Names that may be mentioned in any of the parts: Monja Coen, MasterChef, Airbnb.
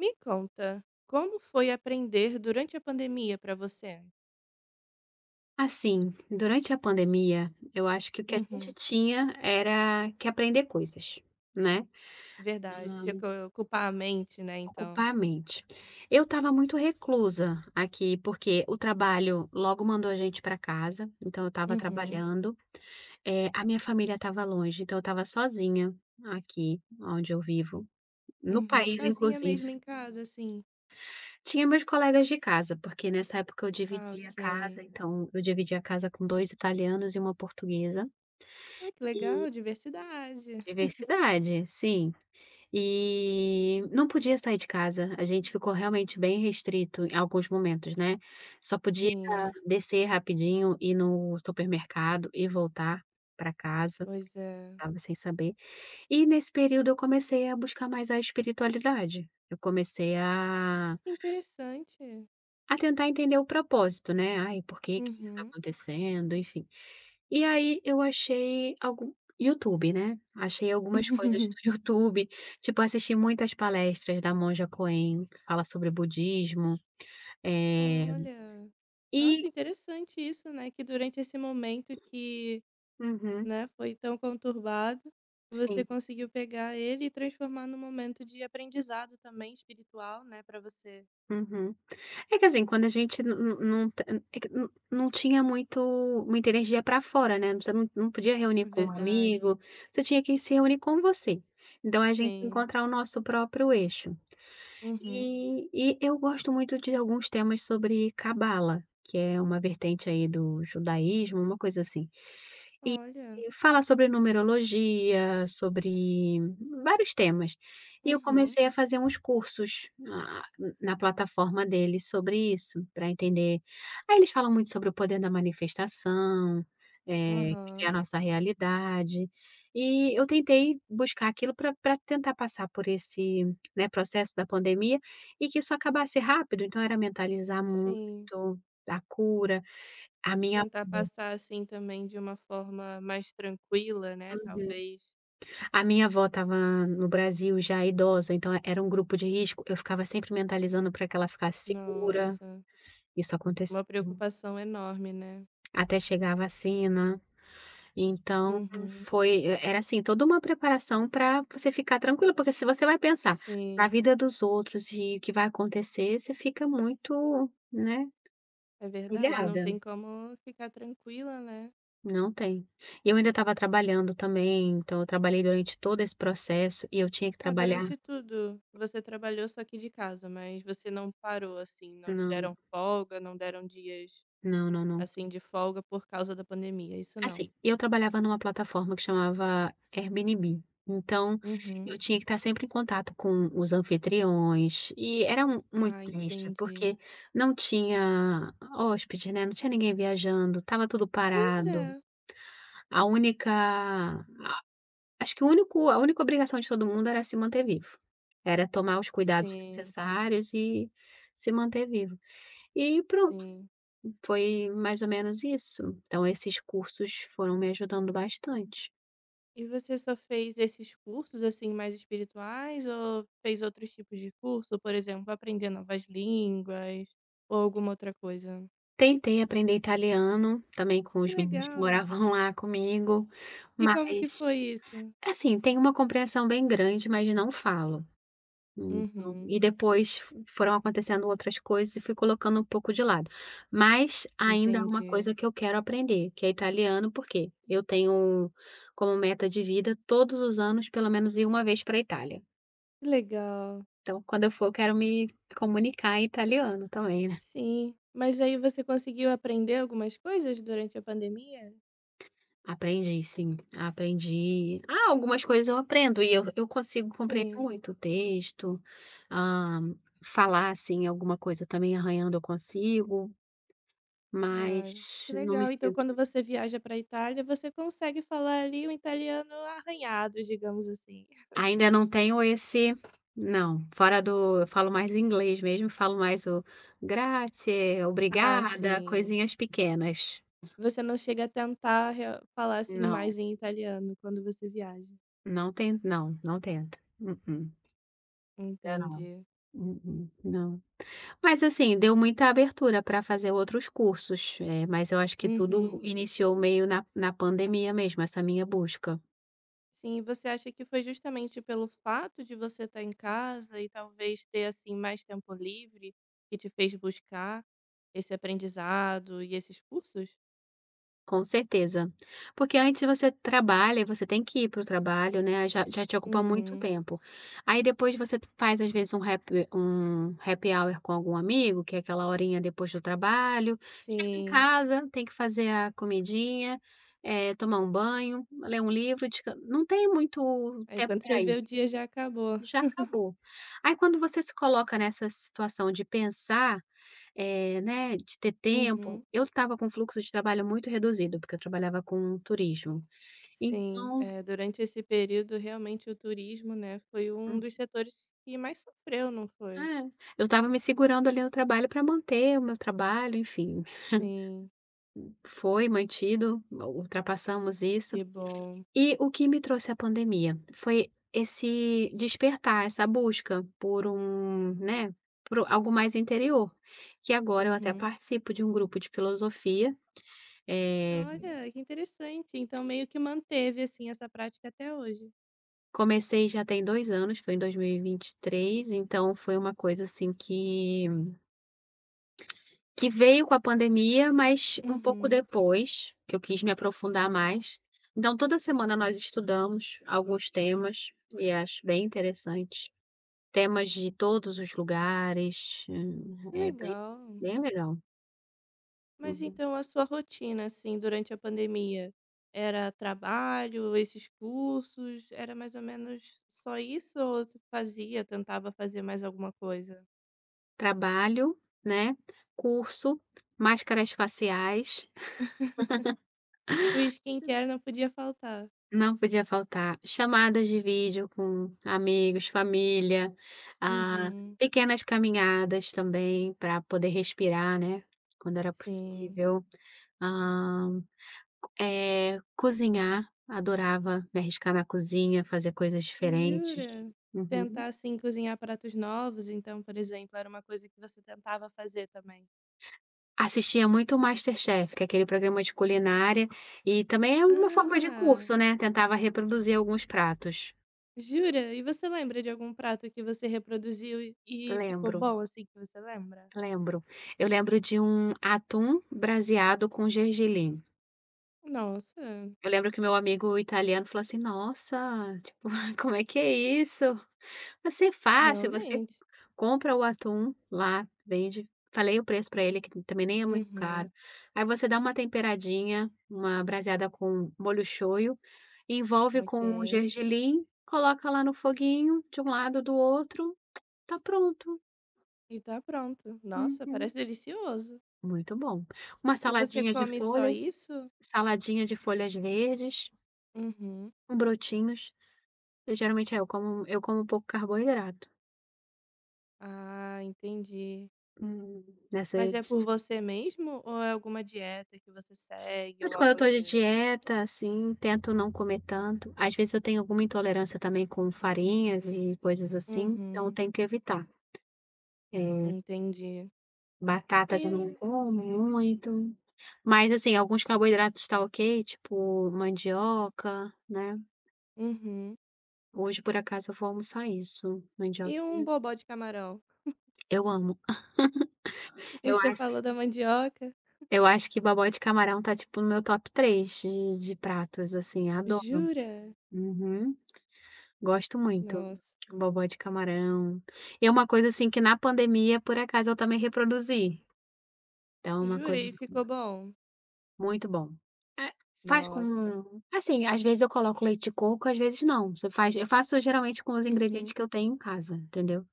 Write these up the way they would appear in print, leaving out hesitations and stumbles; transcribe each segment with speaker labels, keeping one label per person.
Speaker 1: Me conta, como foi aprender durante a pandemia para você?
Speaker 2: Assim, durante a pandemia, eu acho que o que a gente
Speaker 1: Uhum,
Speaker 2: tinha era que aprender coisas, né.
Speaker 1: verdade, tinha
Speaker 2: Hã.
Speaker 1: que ocupar a mente, né, então.
Speaker 2: Ocupar a mente. Eu estava muito reclusa aqui, porque o trabalho logo mandou a gente para casa, então eu estava
Speaker 1: Uhum,
Speaker 2: trabalhando, a minha família estava longe, então eu estava sozinha aqui onde eu vivo, no
Speaker 1: uhum,
Speaker 2: país
Speaker 1: sozinha
Speaker 2: inclusive.
Speaker 1: mesmo em casa, assim?
Speaker 2: Tinha meus colegas de casa, porque nessa época eu
Speaker 1: Ah,
Speaker 2: dividia a casa,
Speaker 1: ok.
Speaker 2: então eu dividia a casa com 2 italianos e uma portuguesa.
Speaker 1: Ai, que legal, diversidade.
Speaker 2: Diversidade, sim. E não podia sair de casa, a gente ficou realmente bem restrito em alguns momentos, né. Só podia
Speaker 1: Sim,
Speaker 2: descer rapidinho, ir no supermercado e voltar para casa,
Speaker 1: pois é.
Speaker 2: estava sem saber. E nesse período eu comecei a buscar mais a espiritualidade, eu comecei a
Speaker 1: Que interessante.
Speaker 2: a tentar entender o propósito, né, "Ai, por que que isso está
Speaker 1: Uhum.
Speaker 2: acontecendo?", enfim. E aí eu achei algum YouTube, né, achei algumas coisas do YouTube, tipo, assisti muitas palestras da Monja Coen, que fala sobre budismo, eh,
Speaker 1: Olha, nossa,
Speaker 2: e
Speaker 1: interessante isso, né, que durante esse momento que
Speaker 2: uhum,
Speaker 1: né, foi tão conturbado, você
Speaker 2: sim,
Speaker 1: conseguiu pegar ele e transformar num momento de aprendizado também espiritual, né, para você.
Speaker 2: uhum. É que assim, quando a gente não t é que não tinha muito muita energia para fora, né, você não podia reunir com um
Speaker 1: Verdade.
Speaker 2: amigo, você tinha que se reunir com você. Então é a gente
Speaker 1: Sim.
Speaker 2: encontrar o nosso próprio eixo.
Speaker 1: Uhum.
Speaker 2: E eu gosto muito de alguns temas sobre cabala, que é uma vertente aí do judaísmo, uma coisa assim.
Speaker 1: Olha.
Speaker 2: Fala sobre numerologia, sobre vários temas. E eu
Speaker 1: Uhum.
Speaker 2: comecei a fazer uns cursos na plataforma deles sobre isso, para entender aí eles falam muito sobre o poder da manifestação, criar
Speaker 1: Aham.
Speaker 2: nossa realidade, e eu tentei buscar aquilo para tentar passar por esse, né, processo da pandemia e que isso acabasse rápido, então era mentalizar
Speaker 1: Sim.
Speaker 2: muito a cura. A minha
Speaker 1: Tentar passar assim também de uma forma mais tranquila, né,
Speaker 2: Uhum.
Speaker 1: talvez.
Speaker 2: A minha avó estava no Brasil já idosa, então era um grupo de risco, eu ficava sempre mentalizando para que ela ficasse segura,
Speaker 1: Nossa,
Speaker 2: isso
Speaker 1: uma
Speaker 2: acontecia
Speaker 1: preocupação enorme, né.
Speaker 2: até chegar a vacina, então
Speaker 1: Uhum.
Speaker 2: foi era assim, toda uma preparação para você ficar tranquila, porque se você vai pensar na
Speaker 1: Sim,
Speaker 2: vida dos outros e o que vai acontecer, você fica muito, né,
Speaker 1: é verdade, não
Speaker 2: pilhada.
Speaker 1: tem como ficar tranquila, né.
Speaker 2: Não tem. E eu ainda estava trabalhando também, então eu trabalhei durante todo esse processo e eu tinha que
Speaker 1: Ah, durante
Speaker 2: trabalhar.
Speaker 1: tudo você trabalhou só aqui de casa, mas você não parou assim, não
Speaker 2: Não,
Speaker 1: deram folga, não deram dias
Speaker 2: não, não, não.
Speaker 1: assim de folga por causa da pandemia, isso não.
Speaker 2: Assim, eu trabalhava numa plataforma que chamava Airbnb, então
Speaker 1: Uhum.
Speaker 2: eu tinha que estar sempre em contato com os anfitriões e era mu muito
Speaker 1: Ah,
Speaker 2: triste,
Speaker 1: entendi.
Speaker 2: porque não tinha hóspede, né, não tinha ninguém viajando, estava tudo
Speaker 1: Pois
Speaker 2: parado.
Speaker 1: é.
Speaker 2: A única Acho que o único a única obrigação de todo mundo era se manter vivo, era tomar os cuidados
Speaker 1: Sim,
Speaker 2: necessários e se manter vivo. E pronto,
Speaker 1: sim.
Speaker 2: foi mais ou menos isso. Então esses cursos foram me ajudando bastante.
Speaker 1: E você só fez esses cursos assim mais espirituais ou fez outros tipos de curso, por exemplo, aprender novas línguas ou alguma outra coisa?
Speaker 2: Tentei aprender italiano, também com
Speaker 1: Que
Speaker 2: os meninos que
Speaker 1: legal.
Speaker 2: moravam lá comigo,
Speaker 1: E como que
Speaker 2: mas,
Speaker 1: foi isso?
Speaker 2: assim, tenho uma compreensão bem grande, mas não falo. Então
Speaker 1: Uhum,
Speaker 2: e depois f foram acontecendo outras coisas e fui colocando um pouco de lado. Mas ainda é uma
Speaker 1: entendi.
Speaker 2: coisa que eu quero aprender, que é italiano, porque eu tenho como meta de vida todos os anos, pelo menos ir uma vez para a Itália.
Speaker 1: Que legal.
Speaker 2: Então quando eu for, eu quero me comunicar em italiano também, né.
Speaker 1: Sim. Mas aí você conseguiu aprender algumas coisas durante a pandemia?
Speaker 2: Aprendi sim, aprendi ah, algumas coisas eu aprendo e eu consigo compreender
Speaker 1: Sim.
Speaker 2: muito o texto, hã, falar, assim, alguma coisa também arranhando eu consigo,
Speaker 1: Ah,
Speaker 2: mas
Speaker 1: que
Speaker 2: não me
Speaker 1: legal. Então,
Speaker 2: sinto
Speaker 1: quando você viaja para a Itália, você consegue falar ali o italiano arranhado, digamos assim.
Speaker 2: ainda não tenho esse não, fora do eu falo mais inglês mesmo, falo mais o grazie,
Speaker 1: Ah,
Speaker 2: obrigada,
Speaker 1: sim.
Speaker 2: coisinhas pequenas.
Speaker 1: Você não chega a tentar rea falar, assim,
Speaker 2: Não,
Speaker 1: mais em italiano quando você viaja.
Speaker 2: não tento não, não tento. Mm-mm, ainda não.
Speaker 1: Entendi.
Speaker 2: Mm-mm, não. Mas assim, deu muita abertura para fazer outros cursos, mas eu acho que tudo
Speaker 1: Uhum.
Speaker 2: iniciou meio na pandemia mesmo, essa minha busca,
Speaker 1: Sim, e você acha que foi justamente pelo fato de você estar em casa e talvez ter assim mais tempo livre que te fez buscar esse aprendizado e esses cursos?
Speaker 2: com certeza. Porque antes você trabalha e você tem que ir para o trabalho, né, já te ocupa muito
Speaker 1: Uhum.
Speaker 2: tempo. Aí depois você faz às vezes um happy hour com algum amigo, que é aquela horinha depois do trabalho, chega em
Speaker 1: Sim.
Speaker 2: casa, tem que fazer a comidinha, tomar um banho, ler um livro, descan não tem muito
Speaker 1: Aí
Speaker 2: tempo
Speaker 1: quando você
Speaker 2: para
Speaker 1: vê o
Speaker 2: isso.
Speaker 1: dia já acabou.
Speaker 2: Já acabou. Aí quando você se coloca nessa situação de pensar, né, de ter tempo
Speaker 1: Uhum.
Speaker 2: eu estava com um fluxo de trabalho muito reduzido, porque eu trabalhava com turismo.
Speaker 1: Sim,
Speaker 2: Então
Speaker 1: é, durante esse período realmente o turismo, né, foi um
Speaker 2: hum,
Speaker 1: dos setores que mais sofreu, não foi?
Speaker 2: é, eu estava me segurando ali no trabalho para manter o meu trabalho, enfim,
Speaker 1: Sim,
Speaker 2: foi mantido, ultrapassamos isso.
Speaker 1: que bom.
Speaker 2: E o que me trouxe a pandemia foi esse despertar, essa busca por um, né, por algo mais interior, que agora eu até
Speaker 1: Uhum.
Speaker 2: participo de um grupo de filosofia. Eh,
Speaker 1: Olha, que interessante. Então meio que manteve assim essa prática até hoje.
Speaker 2: Comecei já tem 2 anos, foi em 2023, então foi uma coisa assim que veio com a pandemia, mas um pouco
Speaker 1: Uhum.
Speaker 2: depois, que eu quis me aprofundar mais. Então toda semana nós estudamos alguns temas e acho bem interessante. Temas de todos os lugares, hã,
Speaker 1: Que
Speaker 2: é bem
Speaker 1: legal.
Speaker 2: bem legal.
Speaker 1: Mas
Speaker 2: Uhum.
Speaker 1: então a sua rotina, assim, durante a pandemia, era trabalho, esses cursos, era mais ou menos só isso ou você fazia, tentava fazer mais alguma coisa?
Speaker 2: Trabalho, né, curso, máscaras faciais,
Speaker 1: O skincare não podia faltar.
Speaker 2: não podia faltar, chamadas de vídeo com amigos, família, ah,
Speaker 1: Uhum,
Speaker 2: pequenas caminhadas também para poder respirar, né, quando era
Speaker 1: sim.
Speaker 2: possível. Hã, cozinhar, adorava me arriscar na cozinha, fazer coisas diferentes.
Speaker 1: Jura?
Speaker 2: Uhum.
Speaker 1: Tentar, assim, cozinhar pratos novos, então, por exemplo, era uma coisa que você tentava fazer também?
Speaker 2: Assistia muito o MasterChef, que é aquele programa de culinária, e também é uma forma de
Speaker 1: Ah,
Speaker 2: curso, né, tentava reproduzir alguns pratos.
Speaker 1: jura? E você lembra de algum prato que você reproduziu e ficou
Speaker 2: Lembro,
Speaker 1: bom, assim, que você lembra?
Speaker 2: lembro. Eu lembro de um atum braseado com gergelim.
Speaker 1: Nossa,
Speaker 2: Eu lembro que meu amigo italiano falou assim: "Nossa, tipo, como é que é isso? Vai ser fácil, você
Speaker 1: realmente.
Speaker 2: compra o atum lá, vende. Falei o preço para ele, que também nem é muito
Speaker 1: Uhum,
Speaker 2: caro. Aí você dá uma temperadinha, uma braseada com molho shoyu, envolve com o
Speaker 1: ok.
Speaker 2: gergelim, coloca lá no foguinho, de um lado, do outro, tá pronto.
Speaker 1: E tá pronto. Nossa,
Speaker 2: Uhum,
Speaker 1: parece delicioso.
Speaker 2: muito bom. Uma
Speaker 1: E você come só isso?
Speaker 2: saladinha de folhas verdes,
Speaker 1: Uhum.
Speaker 2: brotinhos. Eu geralmente, eu como pouco carboidrato,
Speaker 1: Ah, entendi.
Speaker 2: hum, nessa.
Speaker 1: Mas é por você mesmo ou é alguma dieta que você segue
Speaker 2: Mas
Speaker 1: ou
Speaker 2: quando
Speaker 1: algo
Speaker 2: eu tô de
Speaker 1: assim?
Speaker 2: dieta, assim, tento não comer tanto. Às vezes eu tenho alguma intolerância também com farinhas e coisas assim, então eu
Speaker 1: Uhum,
Speaker 2: tenho que evitar. Eh,
Speaker 1: entendi.
Speaker 2: Batatas eu não
Speaker 1: E,
Speaker 2: como muito, mas, assim, alguns carboidratos tá ok, tipo mandioca, né.
Speaker 1: uhum.
Speaker 2: Hoje, por acaso, eu vou almoçar isso, mandioca.
Speaker 1: E um bobó de camarão?
Speaker 2: Eu amo.
Speaker 1: E
Speaker 2: Eu
Speaker 1: você
Speaker 2: acho
Speaker 1: falou da mandioca?
Speaker 2: eu acho que bobó de camarão tá, tipo, no meu top 3 de pratos, assim, adoro.
Speaker 1: Jura?
Speaker 2: Uhum. Gosto muito.
Speaker 1: Nossa,
Speaker 2: Bobó de camarão. E uma coisa, assim, que na pandemia, por acaso, eu também reproduzi. Então é uma coisa,
Speaker 1: jurei,
Speaker 2: assim,
Speaker 1: ficou bom.
Speaker 2: muito bom. É, faz
Speaker 1: Nossa.
Speaker 2: com assim, às vezes eu coloco leite de coco, às vezes não. Você faz eu faço geralmente com os ingredientes
Speaker 1: Uhum.
Speaker 2: que eu tenho em casa, entendeu.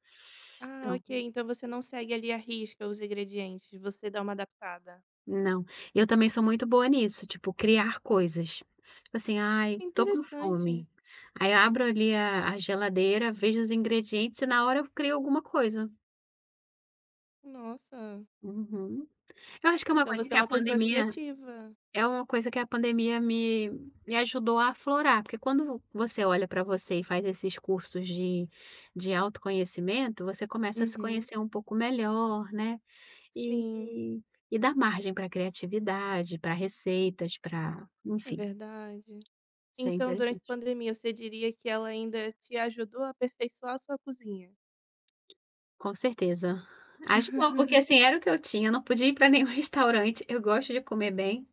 Speaker 1: Ah,
Speaker 2: Então
Speaker 1: ok. Então você não segue ali à risca os ingredientes, você dá uma adaptada.
Speaker 2: não. Eu também sou muito boa nisso, tipo, criar coisas. Tipo assim: "Ai, tô com
Speaker 1: Interessante.
Speaker 2: fome". Aí eu abro ali a geladeira, vejo os ingredientes e na hora eu crio alguma coisa.
Speaker 1: Nossa.
Speaker 2: Uhum. Eu acho que é uma
Speaker 1: Então
Speaker 2: coisa
Speaker 1: você
Speaker 2: que
Speaker 1: é
Speaker 2: a
Speaker 1: uma pessoa
Speaker 2: pandemia.
Speaker 1: criativa.
Speaker 2: É uma coisa que a pandemia me ajudou a aflorar, porque quando você olha para você e faz esses cursos de autoconhecimento, você começa a se
Speaker 1: Uhum.
Speaker 2: conhecer um pouco melhor, né, e
Speaker 1: Sim,
Speaker 2: e e dá margem para criatividade, para receitas, para
Speaker 1: é
Speaker 2: enfim,
Speaker 1: verdade.
Speaker 2: isso é
Speaker 1: Então, durante a
Speaker 2: interessante.
Speaker 1: pandemia, você diria que ela ainda te ajudou a aperfeiçoar a sua cozinha?
Speaker 2: Com certeza. Ajudou, porque, assim, era o que eu tinha, eu não podia ir para nenhum restaurante, eu gosto de comer bem,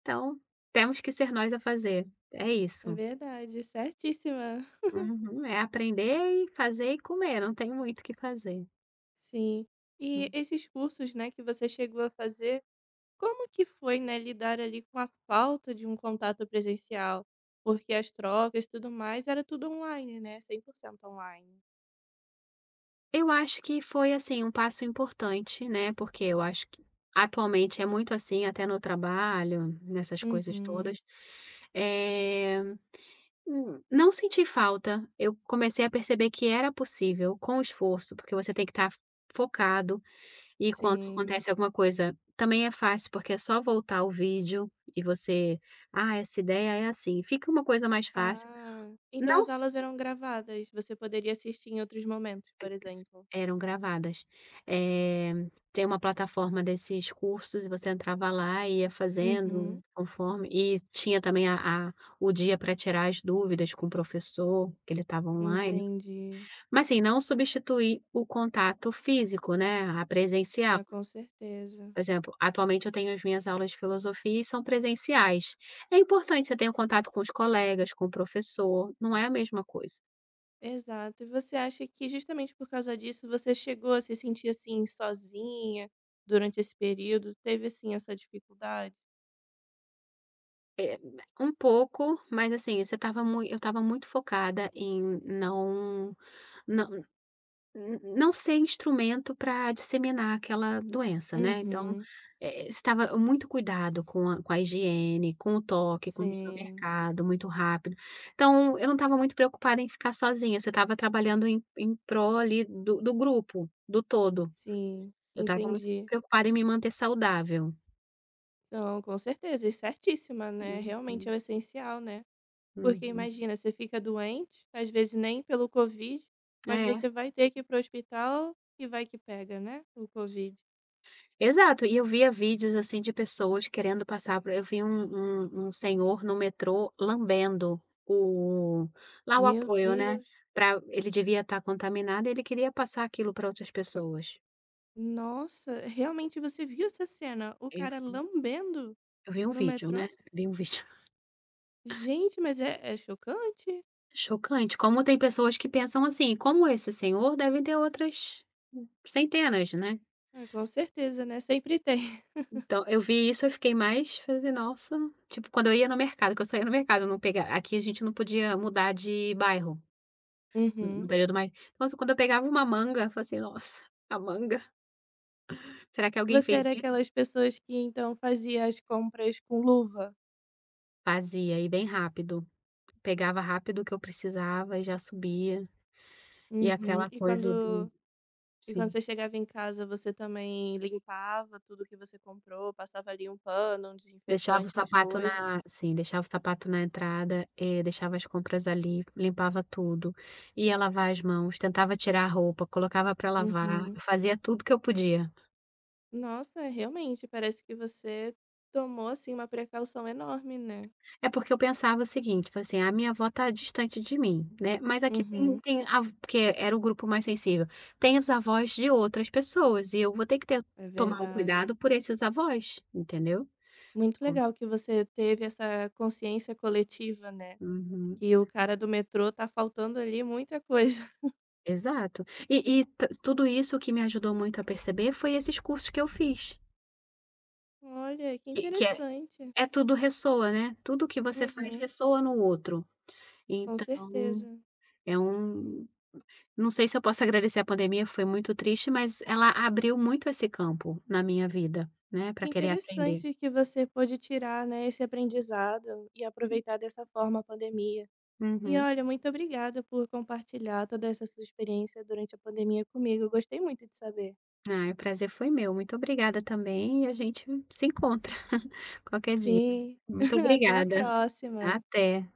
Speaker 2: então temos que ser nós a fazer. É
Speaker 1: É
Speaker 2: isso.
Speaker 1: verdade, certíssima.
Speaker 2: Uhum. É aprender e fazer e comer, não tem muito o que fazer.
Speaker 1: Sim. E
Speaker 2: Hum.
Speaker 1: esses cursos, né, que você chegou a fazer como que foi, né, lidar ali com a falta de um contato presencial? Porque as trocas e tudo mais era tudo online, né? 100% online.
Speaker 2: Eu acho que foi, assim, um passo importante, né, porque eu acho que atualmente é muito assim, até no trabalho, nessas coisas
Speaker 1: Uhum,
Speaker 2: todas. Eh, n Não senti falta, eu comecei a perceber que era possível com esforço, porque você tem que estar focado e quando
Speaker 1: sim.
Speaker 2: acontece alguma coisa também é fácil, porque é só voltar o vídeo e você: "Ah, essa ideia é assim", fica uma coisa mais fácil.
Speaker 1: Ah, então
Speaker 2: Não.
Speaker 1: as aulas eram gravadas, você poderia assistir em outros momentos, por
Speaker 2: S
Speaker 1: exemplo.
Speaker 2: Eram gravadas. Eh, Tem uma plataforma desses cursos e você entrava lá e ia fazendo
Speaker 1: Uhum,
Speaker 2: conforme e tinha também a o dia para tirar as dúvidas com o professor, que ele estava online.
Speaker 1: entendi.
Speaker 2: Mas, assim, não substituir o contato físico, né, a presencial.
Speaker 1: Ah, com certeza.
Speaker 2: Por exemplo, atualmente eu tenho as minhas aulas de filosofia e são presenciais. É importante, você ter o contato com os colegas, com o professor, não é a mesma coisa.
Speaker 1: Exato. E você acha que justamente por causa disso você chegou a se sentir assim sozinha durante esse período? Teve assim essa dificuldade?
Speaker 2: Eh, Um pouco, mas assim, você estava mui eu estava muito focada em não não ser instrumento pra disseminar aquela doença, né, então,
Speaker 1: Uhum.
Speaker 2: estava muito cuidado com a higiene, com o toque, com ir no
Speaker 1: Sim,
Speaker 2: mercado muito rápido. Então, eu não estava muito preocupada em ficar sozinha, você estava trabalhando em prol ali do grupo, do todo.
Speaker 1: sim,
Speaker 2: Eu estava muito
Speaker 1: entendi.
Speaker 2: preocupada em me manter saudável.
Speaker 1: Não, com certeza, e certíssima, né, realmente é o
Speaker 2: Uhum,
Speaker 1: essencial, né. Porque
Speaker 2: uhum.
Speaker 1: imagina, você fica doente, às vezes nem pelo covid, mas
Speaker 2: É.
Speaker 1: você vai ter que ir para hospital e vai que pega, né, o covid.
Speaker 2: Exato, e eu via vídeos, assim, de pessoas querendo passar por eu vi um senhor no metrô lambendo o lá o
Speaker 1: Meu
Speaker 2: apoio, né,
Speaker 1: Deus,
Speaker 2: pra ele devia estar contaminado e ele queria passar aquilo para outras pessoas.
Speaker 1: nossa, realmente você viu essa cena, o
Speaker 2: Eu
Speaker 1: cara lambendo
Speaker 2: eu vi um
Speaker 1: no
Speaker 2: vídeo,
Speaker 1: metrô?
Speaker 2: né, vi um vídeo.
Speaker 1: Gente, mas é chocante.
Speaker 2: Chocante, como tem pessoas que pensam assim: "Como esse senhor, devem ter outras centenas", né.
Speaker 1: É, com certeza, né, sempre tem.
Speaker 2: Então, eu vi isso, eu fiquei mais falei assim: "Nossa", tipo, quando eu ia no mercado, que eu só ia no mercado, eu não pegar. Aqui a gente não podia mudar de bairro. No
Speaker 1: Uhum.
Speaker 2: período mais nossa, quando eu pegava uma manga, eu falava assim: "Nossa, a manga, será que alguém
Speaker 1: Você
Speaker 2: fez
Speaker 1: era
Speaker 2: isso?"
Speaker 1: aquelas pessoas que então fazia as compras com luva?
Speaker 2: Fazia, e bem rápido. Pegava rápido o que eu precisava e já subia. E
Speaker 1: Uhum.
Speaker 2: aquela coisa do.
Speaker 1: E quando
Speaker 2: Sim.
Speaker 1: você chegava em casa, você também limpava tudo que você comprou, passava ali um pano, um
Speaker 2: Deixava o
Speaker 1: desinfetante nas
Speaker 2: sapato
Speaker 1: coisas?
Speaker 2: na sim, deixava o sapato na entrada, deixava as compras ali, limpava tudo, ia lavar as mãos, tentava tirar a roupa, colocava pra lavar,
Speaker 1: Uhum.
Speaker 2: eu fazia tudo que eu podia.
Speaker 1: Nossa, realmente parece que você tomou assim uma precaução enorme, né?
Speaker 2: É porque eu pensava o seguinte, falei assim: "A minha avó tá distante de mim, né". Mas aqui tem
Speaker 1: Uhum.
Speaker 2: tem a porque era o grupo mais sensível, tem os avós de outras pessoas e eu vou ter que ter
Speaker 1: É
Speaker 2: tomar o
Speaker 1: verdade.
Speaker 2: cuidado por esses avós, entendeu?
Speaker 1: Muito
Speaker 2: Com
Speaker 1: legal que você teve essa consciência coletiva, né?
Speaker 2: Uhum,
Speaker 1: Que o cara do metrô tá faltando ali muita coisa.
Speaker 2: exato. E t tudo isso que me ajudou muito a perceber foi esses cursos que eu fiz,
Speaker 1: Olha, que
Speaker 2: que é
Speaker 1: interessante.
Speaker 2: é tudo ressoa, né, tudo que você faz
Speaker 1: Uhum,
Speaker 2: ressoa no outro.
Speaker 1: com
Speaker 2: Então,
Speaker 1: certeza.
Speaker 2: é um não sei se eu posso agradecer a pandemia, foi muito triste, mas ela abriu muito esse campo na minha vida, né,
Speaker 1: Que
Speaker 2: para querer aprender.
Speaker 1: interessante que você pôde tirar, né, esse aprendizado e aproveitar dessa forma a pandemia. E
Speaker 2: Uhum.
Speaker 1: olha, muito obrigada por compartilhar toda essa sua experiência durante a pandemia comigo. Eu gostei muito de saber.
Speaker 2: Ah, e o prazer foi meu. Muito obrigada também e a gente se encontra qualquer dia.
Speaker 1: Sim,
Speaker 2: Muito
Speaker 1: até a
Speaker 2: obrigada.
Speaker 1: próxima.
Speaker 2: Até.